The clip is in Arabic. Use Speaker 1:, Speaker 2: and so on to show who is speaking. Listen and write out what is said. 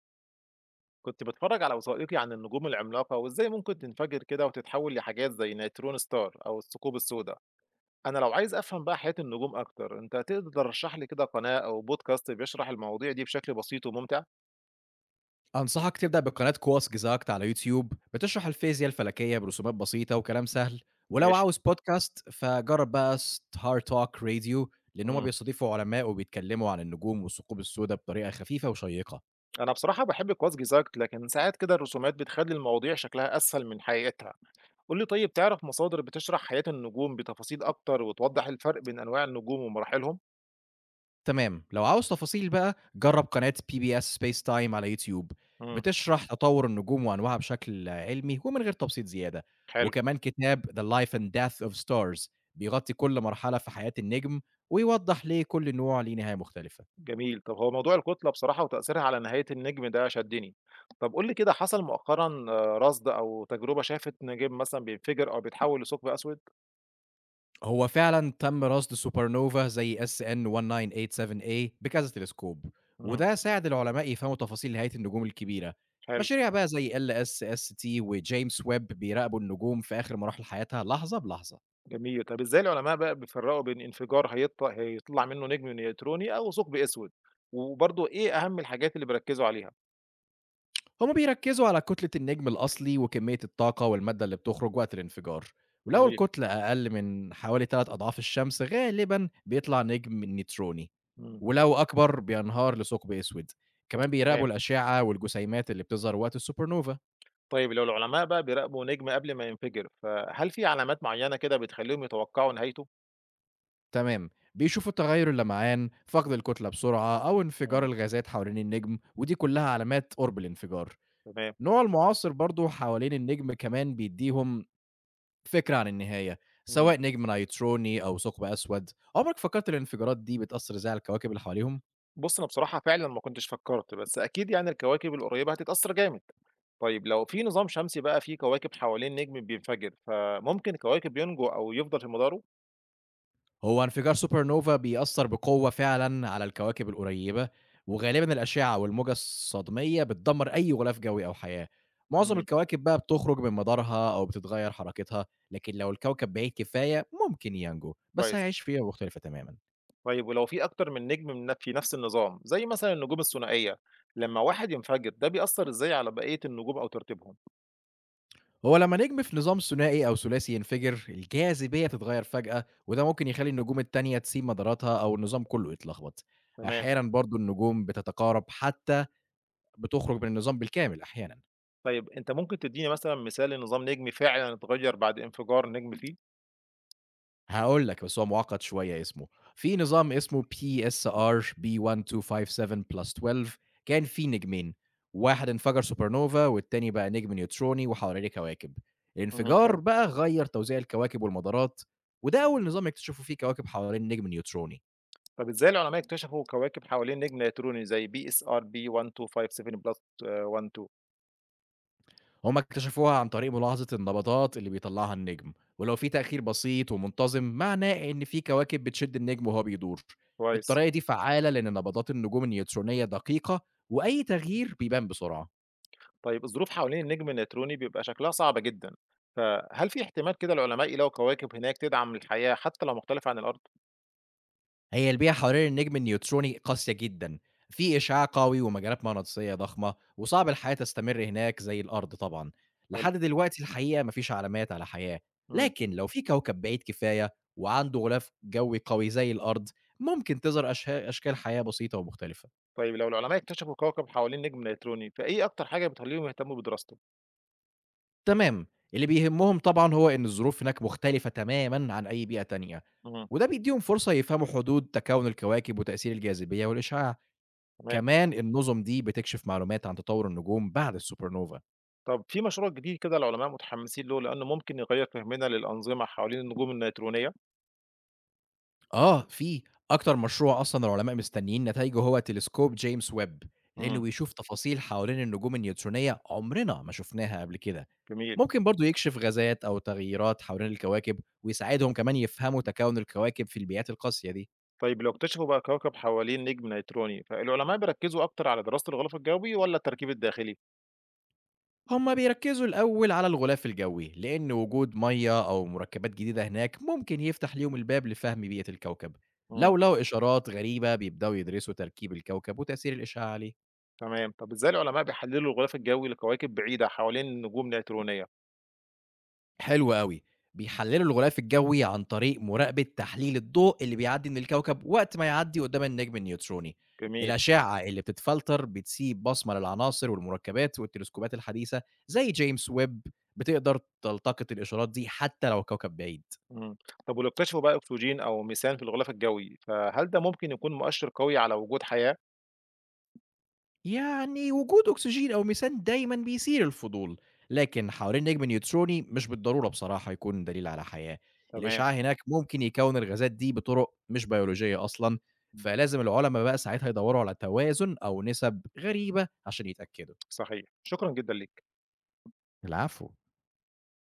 Speaker 1: كنت بتفرج على وثائقي عن النجوم العملاقة وإزاي ممكن تنفجر كده وتتحول لحاجات زي نيترون ستار أو الثقوب السوداء. أنا لو عايز أفهم بقى حياة النجوم أكتر، أنت تقدر ترشح لي كده قناة أو بودكاست بيشرح المواضيع دي بشكل بسيط وممتع؟
Speaker 2: أنصحك تبدأ بقناة قواس جزاكت على يوتيوب، بتشرح الفيزياء الفلكية برسومات بسيطة وكلام سهل. ولو
Speaker 1: ماشي.
Speaker 2: عاوز بودكاست فجرب بقى ستار توك راديو، لأن هما
Speaker 1: مم.
Speaker 2: بيستضيفوا علماء وبيتكلموا عن النجوم والثقوب السوداء بطريقة خفيفة وشيقة.
Speaker 1: أنا بصراحة بحب كوازجي زاكت، لكن ساعات كده الرسومات بتخلي المواضيع شكلها أسهل من حقيقتها. قول لي طيب، تعرف مصادر بتشرح حياة النجوم بتفاصيل أكتر وتوضح الفرق بين أنواع النجوم ومراحلهم؟
Speaker 2: تمام، لو عاوز تفاصيل بقى جرب قناة بي بي اس سبيس تايم على يوتيوب،
Speaker 1: مم.
Speaker 2: بتشرح تطور النجوم وأنواعها بشكل علمي ومن غير تبسيط زيادة.
Speaker 1: حلو.
Speaker 2: وكمان كتاب The Life and Death of Stars، بيغطي كل مرحلة في حياة النجم، ويوضح ليه كل نوع ليه نهاية مختلفة.
Speaker 1: جميل. طب هو موضوع الكتلة بصراحة وتأثيرها على نهاية النجم ده شدّني. طب قُل لي كده، حصل مؤخرًا رصد أو تجربة شافت نجم مثلًا بينفجر أو بيتحوّل لثقب أسود؟
Speaker 2: هو فعلًا تم رصد supernova زي SN1987A بكذا تلسكوب،
Speaker 1: إمم،
Speaker 2: وده ساعد العلماء يفهموا تفاصيل نهاية النجوم الكبيرة.
Speaker 1: حلو،
Speaker 2: مشاريع بقى زي LSST وجيمس ويب بيراقبوا النجوم في آخر مراحل حياتها لحظة بلحظة.
Speaker 1: جميل. طب إزاي العلماء بقى بيفرّقوا بين انفجار هيطلع منّه نجم نيوتروني أو ثقب أسود؟ وبرضه إيه أهم الحاجات اللي بيركّزوا عليها؟
Speaker 2: هما بيركزوا على كتلة النجم الأصلي وكمية الطاقة والمادة اللي بتخرج وقت الانفجار، ولو
Speaker 1: جميل،
Speaker 2: الكتلة أقل من حوالي 3 أضعاف الشمس غالبا بيطلع نجم نيتروني،
Speaker 1: إمم،
Speaker 2: ولو أكبر بينهار لثقب أسود. كمان
Speaker 1: تمام.
Speaker 2: بيراقبوا الأشعة والجسيمات اللي بتظهر وقت السوبر نوفا.
Speaker 1: طيب لو العلماء بقى بيراقبوا نجم قبل ما ينفجر، فهل في علامات معيّنة كده بتخلّيهم يتوقّعوا نهايته؟
Speaker 2: تمام، بيشوفوا تغير اللمعان، فقد الكتلة بسرعة أو انفجار
Speaker 1: إمم،
Speaker 2: الغازات حوالين النجم، ودي كلها علامات قرب الانفجار.
Speaker 1: تمام،
Speaker 2: نوع المعاصر برضو حوالين النجم كمان بيديهم فكرة عن النهاية،
Speaker 1: إمم.
Speaker 2: سواء نجم نيتروني أو ثقب أسود. عمرك فكرت إن الانفجارات دي بتأثّر إزاي على الكواكب اللي حواليهم؟
Speaker 1: بُص، أنا بصراحة فعلًا ما كنتش فكّرت، بس أكيد يعني الكواكب القريّبة هتتأثّر جامد. طيب لو في نظام شمسي بقى فيه كواكب حوالين نجم بينفجر، فممكن الكواكب ينجو أو يفضل في مداره؟
Speaker 2: هو انفجار سوبر نوفا بيأثّر بقوة فعلًا على الكواكب القريّبة، وغالبًا الأشعة والموجة الصدمية بتدمّر أي غلاف جوي أو حياة، معظم
Speaker 1: إمم،
Speaker 2: الكواكب بقى بتخرج من مدارها أو بتتغيّر حركتها، لكن لو الكوكب بعيد كفاية ممكن ينجو، بس
Speaker 1: كويس.
Speaker 2: هيعيش في بيئة مختلفة تمامًا.
Speaker 1: طيب ولو في أكتر من نجم من في نفس النظام، زي مثلًا النجوم الثنائية، لمّا واحد ينفجر ده بيأثّر إزاي على بقية النجوم أو ترتيبهم؟
Speaker 2: هو لمّا نجم في نظام ثنائي أو ثلاثي ينفجر، الجاذبية بتتغير فجأة، وده ممكن يخلّي النجوم التانية تسيب مداراتها أو النظام كلّه يتلخبط.
Speaker 1: تمام.
Speaker 2: أحيانًا برضه النجوم بتتقارب حتى بتخرج من النظام بالكامل أحيانًا.
Speaker 1: طيب أنت ممكن تدّيني مثلًا مثال لنظام نجمي فعلًا اتغيّر بعد انفجار نجم فيه؟
Speaker 2: هاقول لك بس هو معقّد شوية اسمه. في نظام اسمه PSR B1257+12، كان فيه نجمين، واحد انفجر سوبر نوفا والتاني بقى نجم نيوتروني وحواليه كواكب.
Speaker 1: إمم،
Speaker 2: الانفجار
Speaker 1: حلو.
Speaker 2: بقى غيّر توزيع الكواكب والمدارات، وده أول نظام يكتشفوا فيه كواكب حوالين نجم نيوتروني.
Speaker 1: طب إزاي العلماء اكتشفوا كواكب حوالين نجم نيتروني زي BSRB1257+12؟
Speaker 2: هم اكتشفوها عن طريق ملاحظة النبضات اللي بيطلّعها النجم، ولو في تأخير بسيط ومنتظم معناه إن في كواكب بتشد النجم وهو بيدور.
Speaker 1: كويس.
Speaker 2: الطريقة دي فعّالة لأن نبضات النجوم النيوترونية دقيقة وأي تغيير بيبان بسرعة.
Speaker 1: طيب الظروف حوالين النجم النيتروني بيبقى شكلها صعبة جدا، فهل في احتمال كده العلماء يلاقوا كواكب هناك تدعم الحياة حتى لو مختلفة عن الأرض؟
Speaker 2: هي البيئة حوالين النجم النيوتروني قاسية جدًا، في إشعاع قوي ومجالات مغناطيسية ضخمة، وصعب الحياة تستمر هناك زي الأرض طبعًا.
Speaker 1: حلو.
Speaker 2: لحد دلوقتي الحقيقة ما فيش علامات على حياة،
Speaker 1: مم.
Speaker 2: لكن لو في كوكب بعيد كفاية وعنده غلاف جوي قوي زي الأرض، ممكن تظهر أشكال حياة بسيطة ومختلفة.
Speaker 1: طيب لو العلماء اكتشفوا كوكب حوالين نجم نيتروني، فإيه أكتر حاجة بتخليهم يهتموا بدراسته؟
Speaker 2: تمام، اللي بيهمهم طبعًا هو إن الظروف هناك مختلفة تمامًا عن أي بيئة تانية،
Speaker 1: مم.
Speaker 2: وده بيديهم فرصة يفهموا حدود تكون الكواكب وتأثير الجاذبية والإشعاع.
Speaker 1: تمام.
Speaker 2: كمان النُظم دي بتكشف معلومات عن تطوّر النجوم بعد السوبرنوفا.
Speaker 1: طب في مشروع جديد كده العلماء متحمسين له لأنه ممكن يغير فهمنا للأنظمة حوالين النجوم النيترونية؟
Speaker 2: آه، في. أكتر مشروع أصلًا العلماء مستنيين نتايجه هو تلسكوب جيمس ويب، لإنه
Speaker 1: مم.
Speaker 2: بيشوف تفاصيل حوالين النجوم النيوترونية عمرنا ما شُفناها قبل كده.
Speaker 1: جميل.
Speaker 2: ممكن برضه يكشف غازات أو تغييرات حوالين الكواكب ويساعدهم كمان يفهموا تكوّن الكواكب في البيئات القاسية دي.
Speaker 1: طيب لو اكتشفوا بقى كوكب حوالين نجم نيتروني، فالعلماء بيركزوا اكتر على دراسة الغلاف الجوي ولا التركيب الداخلي؟
Speaker 2: هم بيركزوا الأول على الغلاف الجوي، لأن وجود مَيَّة أو مُركبات جديدة هناك ممكن يفتح ليهم الباب لفهم بيئة الكوكب،
Speaker 1: امم.
Speaker 2: لو لقوا إشارات غريبة بيبدأوا يدرسوا تركيب الكوكب وتأثير الإشعاع عليه.
Speaker 1: تمام. طب ازاي العلماء بيحللوا الغلاف الجوي لكواكب بعيدة حوالين نجوم نيترونية؟
Speaker 2: حلو أوي، بيحللوا الغلاف الجوي عن طريق مراقبة تحليل الضوء اللي بيعدي من الكوكب وقت ما يعدي قدام النجم النيوتروني.
Speaker 1: جميل.
Speaker 2: الأشعة اللي بتتفلتر بتسيب بصمة للعناصر والمركبات، والتلسكوبات الحديثة زي جيمس ويب بتقدر تلتقط الإشارات دي حتى لو الكوكب بعيد.
Speaker 1: امم. طب ولو اكتشفوا بقى اكسجين او ميثان في الغلاف الجوي، فهل ده ممكن يكون مؤشر قوي على وجود حياة؟
Speaker 2: يعني وجود أكسجين أو ميثان دايمًا بيثير الفضول، لكن حوالين نجم نيوتروني مش بالضرورة بصراحة يكون دليل على حياة،
Speaker 1: تمام.
Speaker 2: الإشعاع هناك ممكن يكون الغازات دي بطرق مش بيولوجية أصلًا،
Speaker 1: مم.
Speaker 2: فلازم العلما بقى ساعتها يدوروا على توازن أو نسب غريبة عشان يتأكدوا.
Speaker 1: صحيح، شكرا جدا ليك.
Speaker 2: العفو.